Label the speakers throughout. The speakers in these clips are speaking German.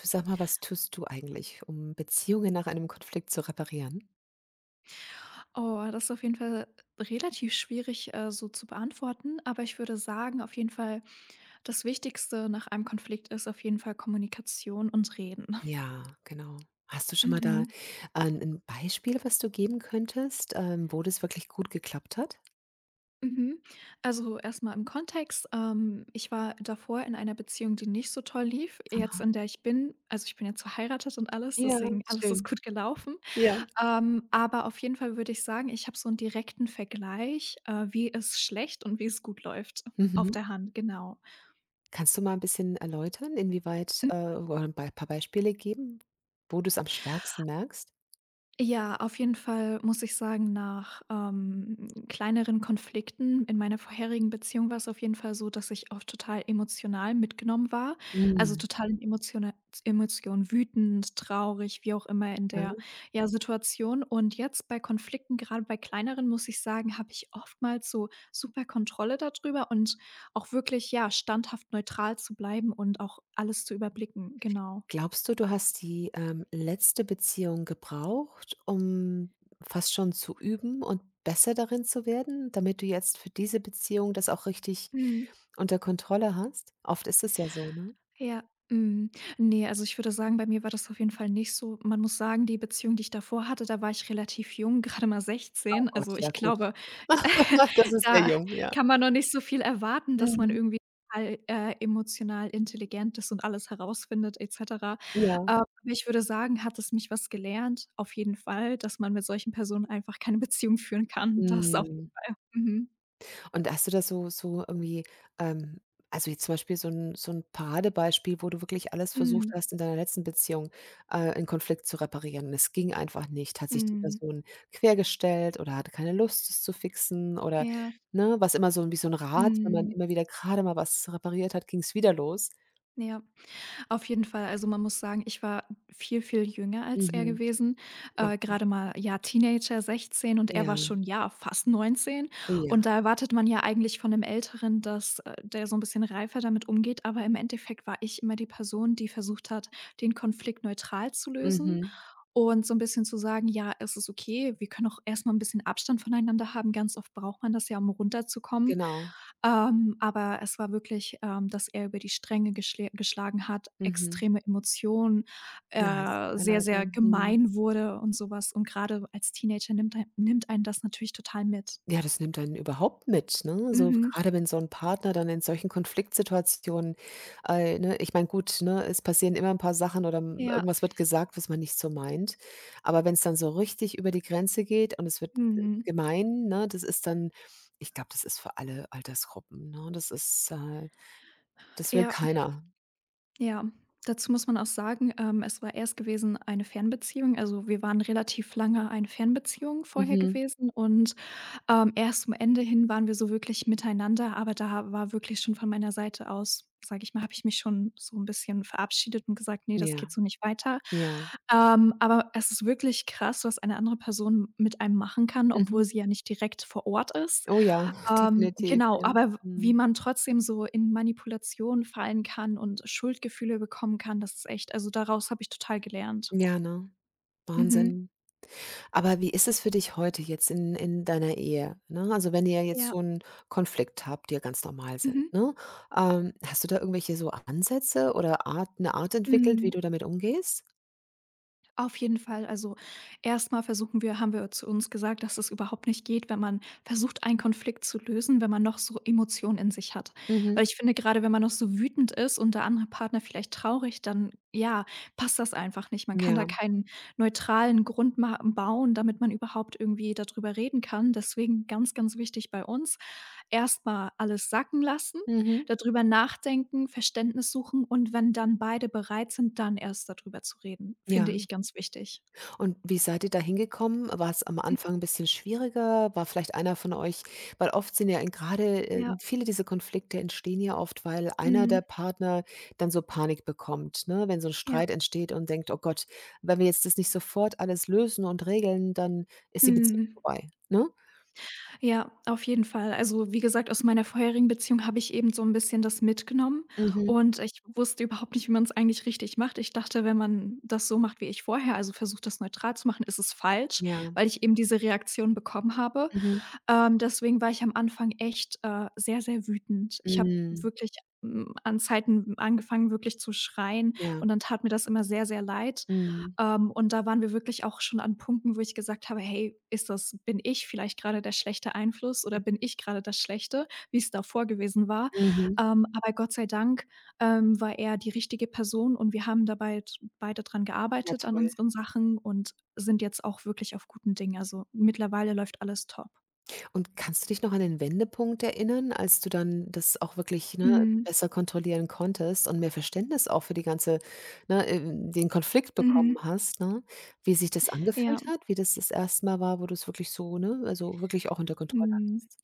Speaker 1: Du, sag mal, was tust du eigentlich, um Beziehungen nach einem Konflikt zu reparieren?
Speaker 2: Oh, das ist auf jeden Fall relativ schwierig, so zu beantworten. Aber ich würde sagen, auf jeden Fall, das Wichtigste nach einem Konflikt ist auf jeden Fall Kommunikation und Reden.
Speaker 1: Ja, genau. Hast du schon mal da, mhm,
Speaker 2: Mhm.
Speaker 1: ein Beispiel, was du geben könntest, wo das wirklich gut geklappt hat?
Speaker 2: Mhm. Also erstmal im Kontext. Ich war davor in einer Beziehung, die nicht so toll lief. Jetzt,
Speaker 1: Ah,
Speaker 2: in der ich bin, also ich bin jetzt verheiratet und alles,
Speaker 1: ja,
Speaker 2: deswegen alles ist
Speaker 1: schön.
Speaker 2: gut gelaufen.
Speaker 1: Ja.
Speaker 2: Aber auf jeden Fall würde ich sagen, ich habe so einen direkten Vergleich, wie es schlecht und wie es gut läuft. Auf
Speaker 1: Mhm.
Speaker 2: der Hand, genau.
Speaker 1: Kannst du mal ein bisschen erläutern, inwieweit oder ein paar Beispiele geben, wo du es am stärksten merkst?
Speaker 2: Ja, auf jeden Fall muss ich sagen, nach, kleineren Konflikten in meiner vorherigen Beziehung war es auf jeden Fall so, dass ich oft total emotional mitgenommen war. Also,
Speaker 1: Mhm,
Speaker 2: total in Emotiona Emotionen, wütend, traurig, wie auch immer in
Speaker 1: ja.
Speaker 2: der, ja, Situation. Und jetzt bei Konflikten, gerade bei kleineren, muss ich sagen, habe ich oftmals so super Kontrolle darüber und auch wirklich, ja, standhaft neutral zu bleiben und auch alles zu überblicken, genau.
Speaker 1: Glaubst du, du hast die, letzte Beziehung gebraucht, um fast schon zu üben und besser darin zu werden, damit du jetzt für diese Beziehung das auch richtig
Speaker 2: Mhm.
Speaker 1: unter Kontrolle hast? Oft ist es ja so, ne?
Speaker 2: Ja, mhm. Ne, also ich würde sagen, bei mir war das auf jeden Fall nicht so. Man muss sagen, die Beziehung, die ich davor hatte, da war ich relativ jung, gerade mal
Speaker 1: Oh
Speaker 2: 16.
Speaker 1: Gott,
Speaker 2: Also,
Speaker 1: ja
Speaker 2: ich
Speaker 1: gut.
Speaker 2: glaube,
Speaker 1: Das ist sehr
Speaker 2: da
Speaker 1: jung, ja.
Speaker 2: kann man noch nicht so viel erwarten, dass man
Speaker 1: Mhm.
Speaker 2: irgendwie all emotional intelligent ist und alles herausfindet et cetera.
Speaker 1: Ja.
Speaker 2: Aber ich würde sagen, hat es mich was gelernt, auf jeden Fall, dass man mit solchen Personen einfach keine Beziehung führen kann. Das auf
Speaker 1: Mhm.
Speaker 2: jeden Fall. Mhm.
Speaker 1: Und hast du da so irgendwie, ähm also jetzt zum Beispiel so ein Paradebeispiel, wo du wirklich alles, mhm, versucht
Speaker 2: Mhm.
Speaker 1: hast in deiner letzten Beziehung, 'n Konflikt zu reparieren und es ging einfach nicht. Hat sich die
Speaker 2: Mhm.
Speaker 1: Person quergestellt oder hatte keine Lust, es zu fixen oder,
Speaker 2: Ja.
Speaker 1: ne, was immer wie so ein Rad, wenn man
Speaker 2: Mhm.
Speaker 1: immer wieder gerade mal was repariert hat, ging es wieder los.
Speaker 2: Ja. Auf jeden Fall. Also, man muss sagen, ich war viel, viel jünger als er
Speaker 1: Mhm.
Speaker 2: gewesen.
Speaker 1: Okay.
Speaker 2: Grade mal, ja, Teenager, 16, und er
Speaker 1: Ja,
Speaker 2: war schon, ja, fast 19. Und
Speaker 1: ja.
Speaker 2: da erwartet man ja eigentlich von 'nem Älteren, dass, der so ein bisschen reifer damit umgeht, aber im Endeffekt war ich immer die Person, die versucht hat, den Konflikt neutral zu lösen
Speaker 1: Mhm.
Speaker 2: und so ein bisschen zu sagen: „Ja, es ist okay, wir können auch erstmal ein bisschen Abstand voneinander haben.“ Ganz oft braucht man das ja, um runterzukommen.
Speaker 1: Genau.
Speaker 2: Aber es war wirklich, dass er über die Stränge geschlä geschlagen hat,
Speaker 1: Mhm.
Speaker 2: extreme Emotionen,
Speaker 1: Ah, es tut mir
Speaker 2: sehr,
Speaker 1: leid, ja.
Speaker 2: sehr
Speaker 1: Mhm.
Speaker 2: gemein wurde und sowas. Und gerade als Teenager nimmt einen das natürlich total mit.
Speaker 1: Ja, das nimmt einen überhaupt mit, ne? So
Speaker 2: Mhm.
Speaker 1: gerade wenn so 'n Partner dann in solchen Konfliktsituationen ne, ich meine, gut, ne, es passieren immer 'n paar Sachen oder,
Speaker 2: Ja,
Speaker 1: irgendwas wird gesagt, was man nicht so meint. Aber wenn's dann so richtig über die Grenze geht und es wird g
Speaker 2: mhm.
Speaker 1: gemein, ne, das ist dann, ich glaube, das ist für alle Altersgruppen, ne? Das ist, das will
Speaker 2: Ja,
Speaker 1: keiner.
Speaker 2: ja. Dazu muss man auch sagen, es war erst gewesen eine Fernbeziehung. Also, wir waren relativ lange eine Fernbeziehung vorher
Speaker 1: Mhm.
Speaker 2: gewesen, und erst zum Ende hin waren wir so wirklich miteinander, aber da war wirklich schon von meiner Seite aus, sage ich mal, habe ich mich schon so ein bisschen verabschiedet und gesagt: „nee, das
Speaker 1: Ja,
Speaker 2: geht so nicht weiter.“
Speaker 1: ja.
Speaker 2: Aber es ist wirklich krass, was eine andere Person mit einem machen kann, obwohl
Speaker 1: Mhm.
Speaker 2: sie ja nicht direkt vor Ort ist.
Speaker 1: Oh ja, definitiv,
Speaker 2: Genau,
Speaker 1: ja.
Speaker 2: aber w wie
Speaker 1: Mhm.
Speaker 2: man trotzdem so in Manipulation fallen kann und Schuldgefühle bekommen kann, das ist echt, also, daraus habe ich total gelernt.
Speaker 1: Ja, ne?
Speaker 2: Mhm.
Speaker 1: Wahnsinn. Aber wie ist es für dich heute jetzt in deiner Ehe, ne? Also, wenn ihr jetzt
Speaker 2: Ja.
Speaker 1: so einen Konflikt habt, die ja ganz normal sind,
Speaker 2: Mhm.
Speaker 1: ne? Hast du da irgendwelche so Ansätze oder Art 'ne Art entwickelt, wie
Speaker 2: Mhm.
Speaker 1: du damit umgehst?
Speaker 2: Auf jeden Fall. Also erstmal versuchen wir haben wir zu uns gesagt, dass es überhaupt nicht geht, wenn man versucht, einen Konflikt zu lösen, wenn man noch so Emotionen in sich hat. Weil
Speaker 1: Mhm.
Speaker 2: ich finde, gerade, wenn man noch so wütend ist und der andere Partner vielleicht traurig, dann, ja, passt das einfach nicht. Man kann da
Speaker 1: Ja.
Speaker 2: keinen neutralen Grund ma bauen, damit man überhaupt irgendwie darüber reden kann. Deswegen ganz, ganz wichtig bei uns, erstmal alles sacken lassen,
Speaker 1: Mhm.
Speaker 2: darüber nachdenken, Verständnis suchen, und wenn dann beide bereit sind, dann erst darüber zu reden,
Speaker 1: Ja.
Speaker 2: finde ich ganz wichtig.
Speaker 1: Und wie seid ihr da hingekommen? War es am Anfang ein bisschen schwieriger? War vielleicht einer von euch, weil oft sind ja in grade,
Speaker 2: Ja,
Speaker 1: viele dieser Konflikte entstehen ja oft, weil einer
Speaker 2: mhm,
Speaker 1: der Partner dann so Panik bekommt, ne? Wenn so ein
Speaker 2: ja,
Speaker 1: Streit entsteht und denkt: „Oh Gott, wenn wir jetzt das nicht sofort alles lösen und regeln, dann ist die Beziehung
Speaker 2: mhm.
Speaker 1: vorbei“, ne?
Speaker 2: Ja, auf jeden Fall. Also, wie gesagt, aus meiner vorherigen Beziehung habe ich eben so 'n bisschen das mitgenommen
Speaker 1: Mhm.
Speaker 2: und ich wusste überhaupt nicht, wie man's eigentlich richtig macht. Ich dachte, wenn man das so macht wie ich vorher, also versucht, das neutral zu machen, ist es falsch,
Speaker 1: Ja.
Speaker 2: weil ich eben diese Reaktion bekommen habe.
Speaker 1: Mhm.
Speaker 2: Deswegen war ich am Anfang echt, sehr, sehr wütend. Ich habe
Speaker 1: Mhm.
Speaker 2: wirklich, an Zeiten angefangen, wirklich zu schreien,
Speaker 1: Ja.
Speaker 2: und dann tat mir das immer sehr, sehr leid.
Speaker 1: Mhm.
Speaker 2: Und da waren wir wirklich auch schon an Punkten, wo ich gesagt habe: „Hey, ist das bin ich vielleicht gerade der schlechte Einfluss oder bin ich gerade das Schlechte?“, wie es davor gewesen war.
Speaker 1: Mhm.
Speaker 2: Aber Gott sei Dank, war er die richtige Person und wir haben dabei bald beide dran
Speaker 1: Ja,
Speaker 2: gearbeitet an
Speaker 1: toll.
Speaker 2: unseren Sachen und sind jetzt auch wirklich auf guten Dingen. Also, mittlerweile läuft alles top.
Speaker 1: Und kannst du dich noch an den Wendepunkt erinnern, als du dann das auch wirklich, mhm, ne,
Speaker 2: Mhm.
Speaker 1: besser kontrollieren konntest und mehr Verständnis auch für die ganze, ne, den Konflikt bekommen
Speaker 2: Mhm.
Speaker 1: hast, ne? Wie sich das angefühlt
Speaker 2: Ja.
Speaker 1: hat, wie das das erste Mal war, wo du es wirklich so, ne, also wirklich auch unter Kontrolle
Speaker 2: Mhm.
Speaker 1: hattest?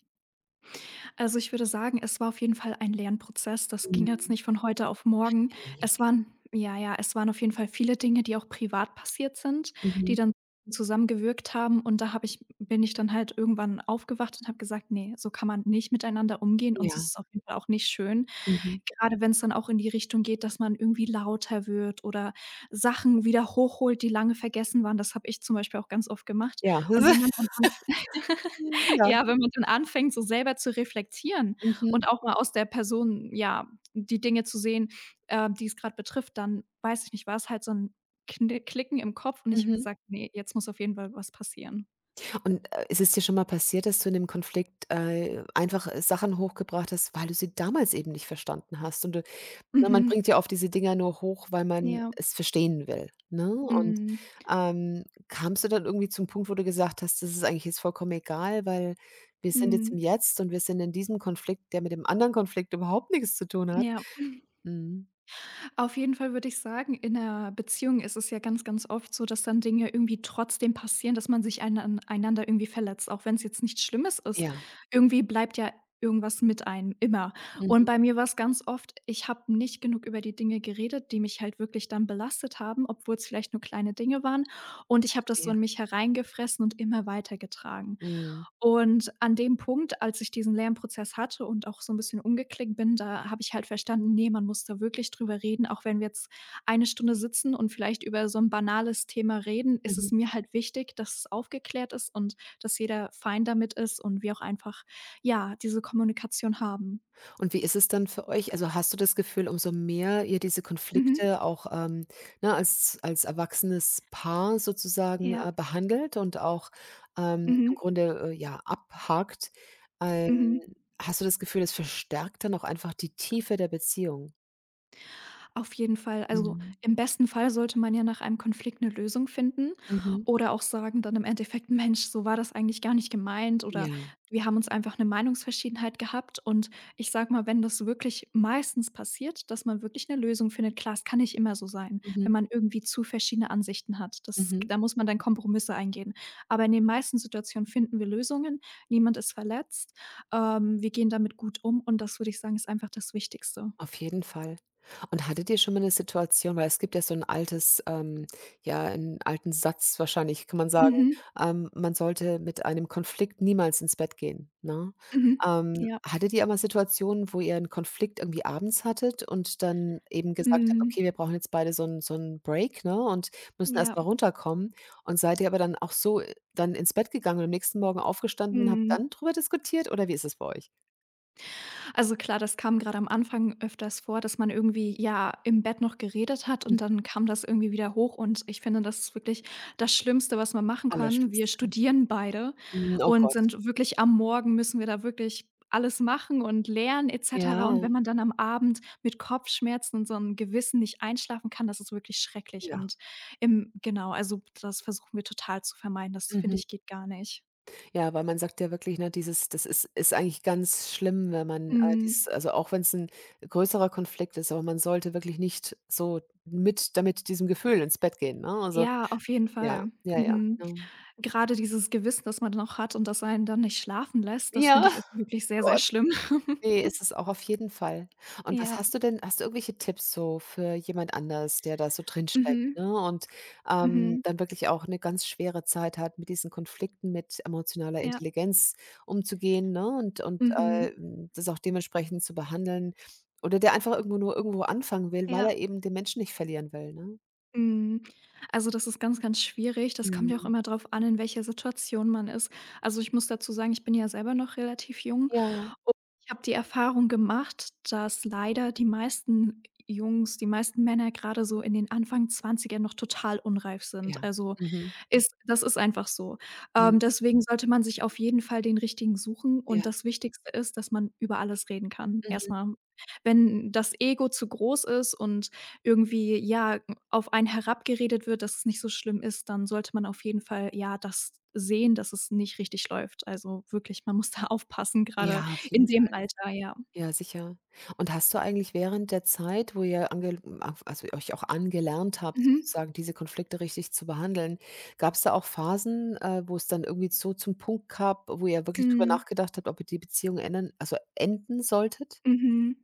Speaker 2: Also, ich würde sagen, es war auf jeden Fall ein Lernprozess. Das ging jetzt
Speaker 1: Mhm.
Speaker 2: nicht von heute auf morgen.
Speaker 1: Hey.
Speaker 2: Es waren Ja, ja, es waren auf jeden Fall viele Dinge, die auch privat passiert sind, die
Speaker 1: Mhm.
Speaker 2: dann zusammengewirkt haben, und da habe ich bin ich dann halt irgendwann aufgewacht und habe gesagt: „nee, so kann man nicht miteinander umgehen und es
Speaker 1: Ja.
Speaker 2: ist auf jeden Fall auch nicht schön.“
Speaker 1: Mhm.
Speaker 2: Gerade wenn es dann auch in die Richtung geht, dass man irgendwie lauter wird oder Sachen wieder hochholt, die lange vergessen waren. Das habe ich zum Beispiel auch ganz oft gemacht.
Speaker 1: Ja.
Speaker 2: Und wenn man dann anf
Speaker 1: Ja.
Speaker 2: ja, wenn man dann anfängt, so selber zu reflektieren
Speaker 1: Mhm.
Speaker 2: und auch mal aus der Person, ja, die Dinge zu sehen, die es gerade betrifft, dann weiß ich nicht, war es halt so 'n Kni Klicken im Kopf und ich habe
Speaker 1: Mhm.
Speaker 2: gesagt: „Ne, jetzt muss auf jeden Fall was passieren.“
Speaker 1: Und, ist es dir schon mal passiert, dass du in dem Konflikt, einfach Sachen hochgebracht hast, weil du sie damals eben nicht verstanden hast, und ne, man
Speaker 2: Mhm.
Speaker 1: bringt ja oft diese Dinger nur hoch, weil man
Speaker 2: Ja.
Speaker 1: es verstehen will, ne? Und,
Speaker 2: Mhm.
Speaker 1: kamst du dann irgendwie zum Punkt, wo du gesagt hast: „Das ist eigentlich jetzt vollkommen egal, weil wir sind jetzt im
Speaker 2: Mhm.
Speaker 1: Jetzt und wir sind in diesem Konflikt, der mit dem anderen Konflikt überhaupt nix zu tun hat?“
Speaker 2: Ja.
Speaker 1: Mhm.
Speaker 2: Auf jeden Fall würde ich sagen, in 'ner Beziehung ist es ja ganz, ganz oft so, dass dann Dinge irgendwie trotzdem passieren, dass man sich einander irgendwie verletzt, auch wenn es jetzt nichts Schlimmes ist.
Speaker 1: Ja.
Speaker 2: Irgendwie bleibt ja irgendwas mit einem, immer. Und
Speaker 1: Mhm,
Speaker 2: bei mir war es ganz oft, ich habe nicht genug über die Dinge geredet, die mich halt wirklich dann belastet haben, obwohl es vielleicht nur kleine Dinge waren. Und ich habe das so
Speaker 1: verstehe.
Speaker 2: in mich hereingefressen und immer weitergetragen.
Speaker 1: Mhm.
Speaker 2: Und an dem Punkt, als ich diesen Lernprozess hatte und auch so 'n bisschen umgeknickt bin, da habe ich halt verstanden: „Ne, man muss da wirklich drüber reden.“ Auch wenn wir jetzt eine Stunde sitzen und vielleicht über so 'n banales Thema reden, ist
Speaker 1: Mhm.
Speaker 2: es mir halt wichtig, dass es aufgeklärt ist und dass jeder fein damit ist und wir auch einfach, ja, diese Kommunikation haben.
Speaker 1: Und wie ist es dann für euch? Also, hast du das Gefühl, umso mehr ihr diese
Speaker 2: Mhm.
Speaker 1: Konflikte auch, ne, als als erwachsenes Paar sozusagen,
Speaker 2: Ja.
Speaker 1: behandelt und auch, im
Speaker 2: Mhm.
Speaker 1: Grunde, ja, abhakt, ähm,
Speaker 2: Mhm.
Speaker 1: hast du das Gefühl, es verstärkt dann auch einfach die Tiefe der Beziehung?
Speaker 2: Auf jeden Fall. Also,
Speaker 1: Mhm.
Speaker 2: im besten Fall sollte man ja nach einem Konflikt eine Lösung finden
Speaker 1: Mhm.
Speaker 2: oder auch sagen dann im Endeffekt: „Mensch, so war das eigentlich gar nicht gemeint“ oder
Speaker 1: Ja.
Speaker 2: „wir haben uns einfach eine Meinungsverschiedenheit gehabt“, und ich sage mal, wenn das wirklich meistens passiert, dass man wirklich eine Lösung findet, klar, es kann nicht immer so sein,
Speaker 1: Mhm.
Speaker 2: wenn man irgendwie zu verschiedene Ansichten hat. Das
Speaker 1: Mhm.
Speaker 2: Da muss man dann Kompromisse eingehen. Aber in den meisten Situationen finden wir Lösungen, niemand ist verletzt, wir gehen damit gut um und das würde ich sagen, ist einfach das Wichtigste.
Speaker 1: Auf jeden Fall. Und hattet ihr schon mal 'ne Situation, weil es gibt ja so 'n altes, ja, 'n alten Satz wahrscheinlich, kann man, mhm, sagen,
Speaker 2: Mhm.
Speaker 1: man sollte mit einem Konflikt niemals ins Bett gehen, ne?
Speaker 2: Mhm. Ja.
Speaker 1: Hattet ihr auch mal Situationen, wo ihr 'n Konflikt irgendwie abends hattet und dann eben gesagt habt:
Speaker 2: Mhm.
Speaker 1: „Okay, wir brauchen jetzt beide so 'n Break, ne, und müssen erst
Speaker 2: Ja.
Speaker 1: mal runterkommen.“ Und seid ihr aber dann auch so, dann ins Bett gegangen und am nächsten Morgen aufgestanden und habt
Speaker 2: Mhm.
Speaker 1: dann drüber diskutiert oder wie ist es bei euch?
Speaker 2: Also, klar, das kam grade am Anfang öfters vor, dass man irgendwie, ja, im Bett noch geredet hat und
Speaker 1: Mhm.
Speaker 2: dann kam das irgendwie wieder hoch und ich finde, das ist wirklich das Schlimmste, was man machen kann. Wir
Speaker 1: Allerschlimmste.
Speaker 2: studieren beide
Speaker 1: Mhm, oh
Speaker 2: und
Speaker 1: Gott.
Speaker 2: sind wirklich am Morgen, müssen wir da wirklich alles machen und lernen et cetera,
Speaker 1: Ja.
Speaker 2: und wenn man dann am Abend mit Kopfschmerzen und so 'n Gewissen nicht einschlafen kann, das ist wirklich schrecklich,
Speaker 1: Ja,
Speaker 2: und im genau, also, das versuchen wir total zu vermeiden. Das, finde
Speaker 1: mhm.
Speaker 2: ich, geht gar nicht.
Speaker 1: Ja, weil man sagt ja wirklich, ne, dieses, das ist eigentlich ganz schlimm, wenn man,
Speaker 2: Mhm.
Speaker 1: dieses, also auch wenn es ein größerer Konflikt ist, aber man sollte wirklich nicht so mit damit diesem Gefühl ins Bett gehen, ne? Also,
Speaker 2: Ja, auf jeden
Speaker 1: ja,
Speaker 2: Fall.
Speaker 1: ja, ja,
Speaker 2: Mhm.
Speaker 1: ne?
Speaker 2: Gerade dieses Gewissen, das man noch hat und das einen dann nicht schlafen lässt, das finde
Speaker 1: Ja,
Speaker 2: ich ist wirklich sehr, sehr
Speaker 1: Gott.
Speaker 2: schlimm.
Speaker 1: Ne, ist es auch auf jeden Fall. Und was
Speaker 2: Ja.
Speaker 1: hast du denn, hast du irgendwelche Tipps so für jemand anders, der da so drinsteckt,
Speaker 2: Mhm.
Speaker 1: ne, und, mhm,
Speaker 2: Mhm.
Speaker 1: dann wirklich auch 'ne ganz schwere Zeit hat, mit diesen Konflikten mit emotionaler
Speaker 2: Ja.
Speaker 1: Intelligenz umzugehen, ne, und und, äh,
Speaker 2: Mhm.
Speaker 1: hm, das auch dementsprechend zu behandeln oder der einfach irgendwo anfangen will, weil
Speaker 2: Ja.
Speaker 1: er eben den Menschen nicht verlieren will, ne?
Speaker 2: Mhm. Also, das ist ganz, ganz schwierig. Das kommt ja auch
Speaker 1: Mhm.
Speaker 2: immer drauf an, in welcher Situation man ist. Also, ich muss dazu sagen, ich bin ja selber noch relativ jung
Speaker 1: Ja.
Speaker 2: und ich habe die Erfahrung gemacht, dass leider die meisten Jungs, die meisten Männer gerade so in den Anfang 20 noch total unreif sind.
Speaker 1: Ja,
Speaker 2: Also
Speaker 1: mhm,
Speaker 2: Ist einfach so.
Speaker 1: mhm,
Speaker 2: Deswegen sollte man sich auf jeden Fall den Richtigen suchen
Speaker 1: ja,
Speaker 2: und das Wichtigste ist, dass man über alles reden kann, erst
Speaker 1: mhm.
Speaker 2: mal. Wenn das Ego zu groß ist und irgendwie, ja, auf einen herabgeredet wird, dass es nicht so schlimm ist, dann sollte man auf jeden Fall, ja, das sehen, dass es nicht richtig läuft. Also, wirklich, man muss da aufpassen, grade
Speaker 1: Ja, auf
Speaker 2: in
Speaker 1: jeden
Speaker 2: dem
Speaker 1: Fall.
Speaker 2: Alter, ja.
Speaker 1: Ja, sicher. Und hast du eigentlich während der Zeit, wo ihr ange af also euch auch angelernt habt,
Speaker 2: Mhm.
Speaker 1: sozusagen diese Konflikte richtig zu behandeln, gab's da auch Phasen, wo es dann irgendwie so zum Punkt gab, wo ihr wirklich drüber
Speaker 2: Mhm.
Speaker 1: nachgedacht habt, ob ihr die Beziehung ändern also enden solltet?
Speaker 2: Mhm.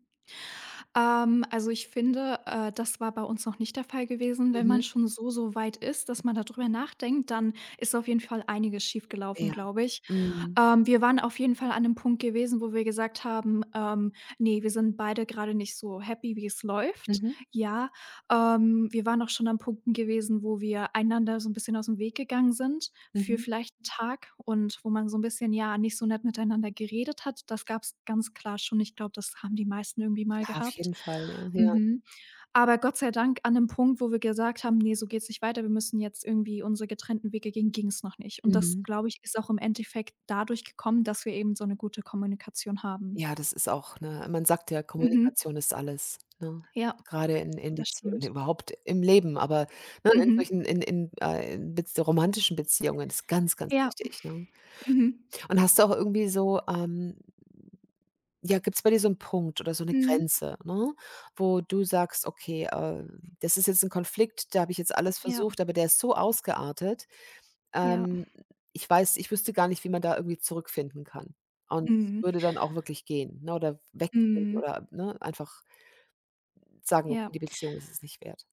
Speaker 2: Also, ich finde, das war bei uns noch nicht der Fall gewesen. Wenn
Speaker 1: Mhm.
Speaker 2: man schon so, so weit ist, dass man darüber nachdenkt, dann ist auf jeden Fall einiges schiefgelaufen,
Speaker 1: Ja.
Speaker 2: glaube ich.
Speaker 1: Mhm.
Speaker 2: Wir waren auf jeden Fall an 'nem Punkt gewesen, wo wir gesagt haben: „Ne, wir sind beide grade nicht so happy, wie es läuft.“
Speaker 1: Mhm.
Speaker 2: Ja, wir waren auch schon an Punkten gewesen, wo wir einander so 'n bisschen ausm Weg gegangen sind für
Speaker 1: Mhm.
Speaker 2: vielleicht 'n Tag und wo man so 'n bisschen, ja, nicht so nett miteinander geredet hat. Das gab's ganz klar schon. Ich glaube, das haben die meisten irgendwie mal
Speaker 1: Ja, auf
Speaker 2: gehabt.
Speaker 1: jeden Fall, ja, ja.
Speaker 2: Mhm. Aber Gott sei Dank an 'nem Punkt, wo wir gesagt haben: „Ne, so geht's nicht weiter. Wir müssen jetzt irgendwie unsere getrennten Wege gehen“, ging's noch nicht. Und das,
Speaker 1: Mhm.
Speaker 2: glaube ich, ist auch im Endeffekt dadurch gekommen, dass wir eben so 'ne gute Kommunikation haben.
Speaker 1: Ja, das ist auch, ne, man sagt ja,
Speaker 2: Mhm.
Speaker 1: Kommunikation ist alles, ne?
Speaker 2: Ja,
Speaker 1: Gerade in
Speaker 2: das
Speaker 1: Beziehungen,
Speaker 2: stimmt.
Speaker 1: überhaupt im Leben, aber, ne, in
Speaker 2: Mhm.
Speaker 1: solchen in Bez romantischen Beziehungen ist ganz, ganz
Speaker 2: Ja.
Speaker 1: wichtig, ne?
Speaker 2: Mhm.
Speaker 1: Und hast du auch irgendwie so, ja, gibt's bei dir so einen Punkt oder so eine
Speaker 2: Mhm.
Speaker 1: Grenze, ne, wo du sagst: „Okay, das ist jetzt ein Konflikt, da habe ich jetzt alles
Speaker 2: Ja,
Speaker 1: versucht, aber der ist so ausgeartet,
Speaker 2: ja.
Speaker 1: ähm, ich wüsste gar nicht, wie man da irgendwie zurückfinden kann und
Speaker 2: Mhm.
Speaker 1: würde dann auch wirklich gehen, ne, oder weggehen
Speaker 2: Mhm.
Speaker 1: oder, ne, einfach sagen: „Okay,
Speaker 2: Ja.
Speaker 1: die Beziehung ist es nicht wert.“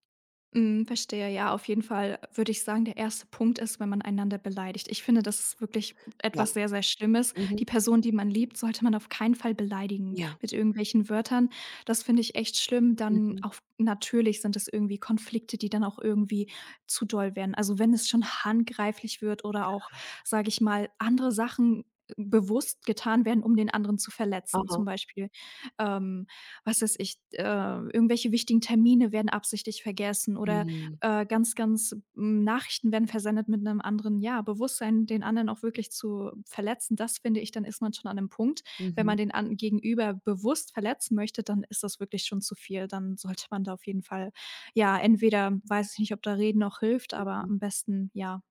Speaker 2: Mhm, verstehe. Ja, auf jeden Fall würde ich sagen, der erste Punkt ist, wenn man einander beleidigt. Ich finde, das ist wirklich
Speaker 1: Ja,
Speaker 2: etwas sehr, sehr Schlimmes.
Speaker 1: mhm,
Speaker 2: Die Person, die man liebt, sollte man auf keinen Fall beleidigen
Speaker 1: ja,
Speaker 2: mit irgendwelchen Wörtern. Das finde ich echt schlimm. Dann
Speaker 1: mhm,
Speaker 2: auch natürlich sind es irgendwie Konflikte, die dann auch irgendwie zu doll werden. Also wenn es schon handgreiflich wird oder auch, sage ich mal, andere Sachen bewusst getan werden, um den anderen zu verletzen.
Speaker 1: aha,
Speaker 2: Zum Beispiel, ähm was weiß ich, irgendwelche wichtigen Termine werden absichtlich vergessen, oder,
Speaker 1: mhm,
Speaker 2: ganz, ganz Nachrichten werden versendet mit einem anderen, ja, Bewusstsein, den anderen auch wirklich zu verletzen. Das finde ich, dann ist man schon an einem Punkt. Wenn
Speaker 1: mhm,
Speaker 2: man den an Gegenüber bewusst verletzen möchte, dann ist das wirklich schon zu viel. Dann sollte man da auf jeden Fall, ja, entweder, weiß ich nicht, ob da Reden noch hilft, aber
Speaker 1: mhm.
Speaker 2: am besten, ja,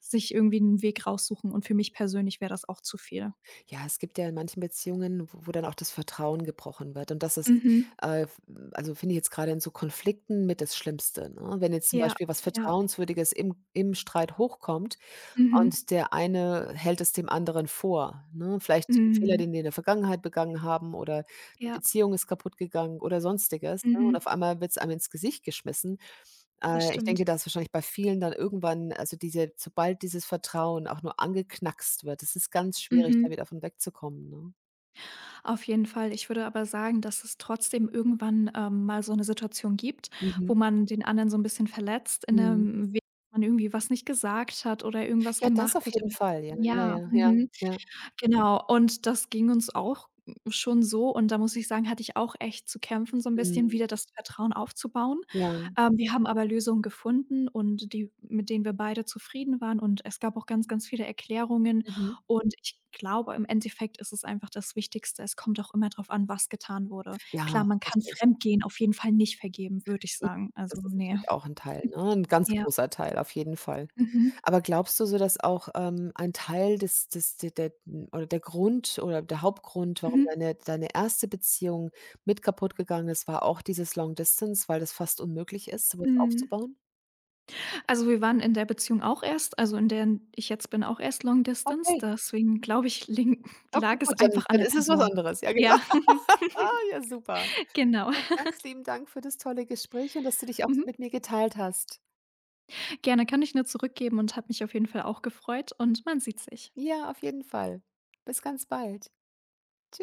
Speaker 2: sich irgendwie einen Weg raussuchen, und für mich persönlich wäre das auch zu viel.
Speaker 1: Ja, es gibt ja in manchen Beziehungen, wo dann auch das Vertrauen gebrochen wird und das ist,
Speaker 2: Mhm.
Speaker 1: f also, finde ich jetzt grade in so Konflikten mit das Schlimmste, ne? Wenn jetzt zum
Speaker 2: Ja,
Speaker 1: Beispiel was
Speaker 2: ja.
Speaker 1: Vertrauenswürdiges im Streit hochkommt.
Speaker 2: Mhm.
Speaker 1: Und der eine hält es dem anderen vor, ne? Vielleicht 'n Fehler,
Speaker 2: Mhm.
Speaker 1: den die in der Vergangenheit begangen haben oder 'ne
Speaker 2: Ja.
Speaker 1: Beziehung ist kaputt gegangen oder Sonstiges, ne? Und auf
Speaker 2: Mhm,
Speaker 1: einmal wird's einem ins Gesicht geschmissen.
Speaker 2: das
Speaker 1: Ich denke,
Speaker 2: stimmt.
Speaker 1: dass wahrscheinlich bei vielen dann irgendwann, also, diese sobald dieses Vertrauen auch nur angeknackst wird, es ist ganz schwierig, da
Speaker 2: Mhm.
Speaker 1: wieder von wegzukommen, ne?
Speaker 2: Auf jeden Fall. Ich würde aber sagen, dass es trotzdem irgendwann, mal so eine Situation gibt,
Speaker 1: Mhm,
Speaker 2: wo man den anderen so ein bisschen verletzt in
Speaker 1: mhm.
Speaker 2: 'nem Weg, dass man irgendwie was nicht gesagt hat oder irgendwas
Speaker 1: Ja, das
Speaker 2: gemacht
Speaker 1: auf
Speaker 2: hat
Speaker 1: jeden
Speaker 2: im
Speaker 1: Fall, ja, ja,
Speaker 2: ja,
Speaker 1: ja, ja,
Speaker 2: mhm.
Speaker 1: ja,
Speaker 2: Genau, und das ging uns auch schon so und da muss ich sagen, hatte ich auch echt zu kämpfen, so ein bisschen
Speaker 1: mhm,
Speaker 2: wieder das Vertrauen aufzubauen.
Speaker 1: ja,
Speaker 2: Wir haben aber Lösungen gefunden, und die mit denen wir beide zufrieden waren, und es gab auch ganz, ganz viele Erklärungen,
Speaker 1: mhm.
Speaker 2: und ich glaube, im Endeffekt ist es einfach das Wichtigste. Es kommt auch immer darauf an, was getan wurde.
Speaker 1: Ja,
Speaker 2: Klar, man kann
Speaker 1: richtig.
Speaker 2: Fremdgehen auf jeden Fall nicht vergeben, würde ich
Speaker 1: I
Speaker 2: sagen. Also,
Speaker 1: Das ist
Speaker 2: nee.
Speaker 1: natürlich auch 'n Teil, ne? 'N ganz
Speaker 2: Ja.
Speaker 1: großer Teil, auf jeden Fall.
Speaker 2: Mhm.
Speaker 1: Aber glaubst du so, dass auch, ein Teil des des de der oder der Grund oder der Hauptgrund, warum
Speaker 2: Mhm.
Speaker 1: deine erste Beziehung mit kaputt gegangen ist, war auch dieses Long Distance, weil das fast unmöglich ist, sowas
Speaker 2: Mhm.
Speaker 1: aufzubauen?
Speaker 2: Also, wir waren in der Beziehung auch erst also, in der ich jetzt bin, auch erst Long Distance.
Speaker 1: Okay,
Speaker 2: Deswegen glaube ich, lin
Speaker 1: okay,
Speaker 2: lag es
Speaker 1: gut, dann
Speaker 2: einfach an
Speaker 1: dann
Speaker 2: der
Speaker 1: ist es was
Speaker 2: Person.
Speaker 1: anderes. Ja, genau.
Speaker 2: Ja,
Speaker 1: Ah, ja, super.
Speaker 2: genau.
Speaker 1: Du, ganz lieben Dank für das tolle Gespräch und dass du dich auch
Speaker 2: Mhm.
Speaker 1: mit mir geteilt hast.
Speaker 2: Gerne, kann ich nur zurückgeben und habe mich auf jeden Fall auch gefreut und man sieht sich.
Speaker 1: Ja, auf jeden Fall. Bis ganz bald. Tschüss.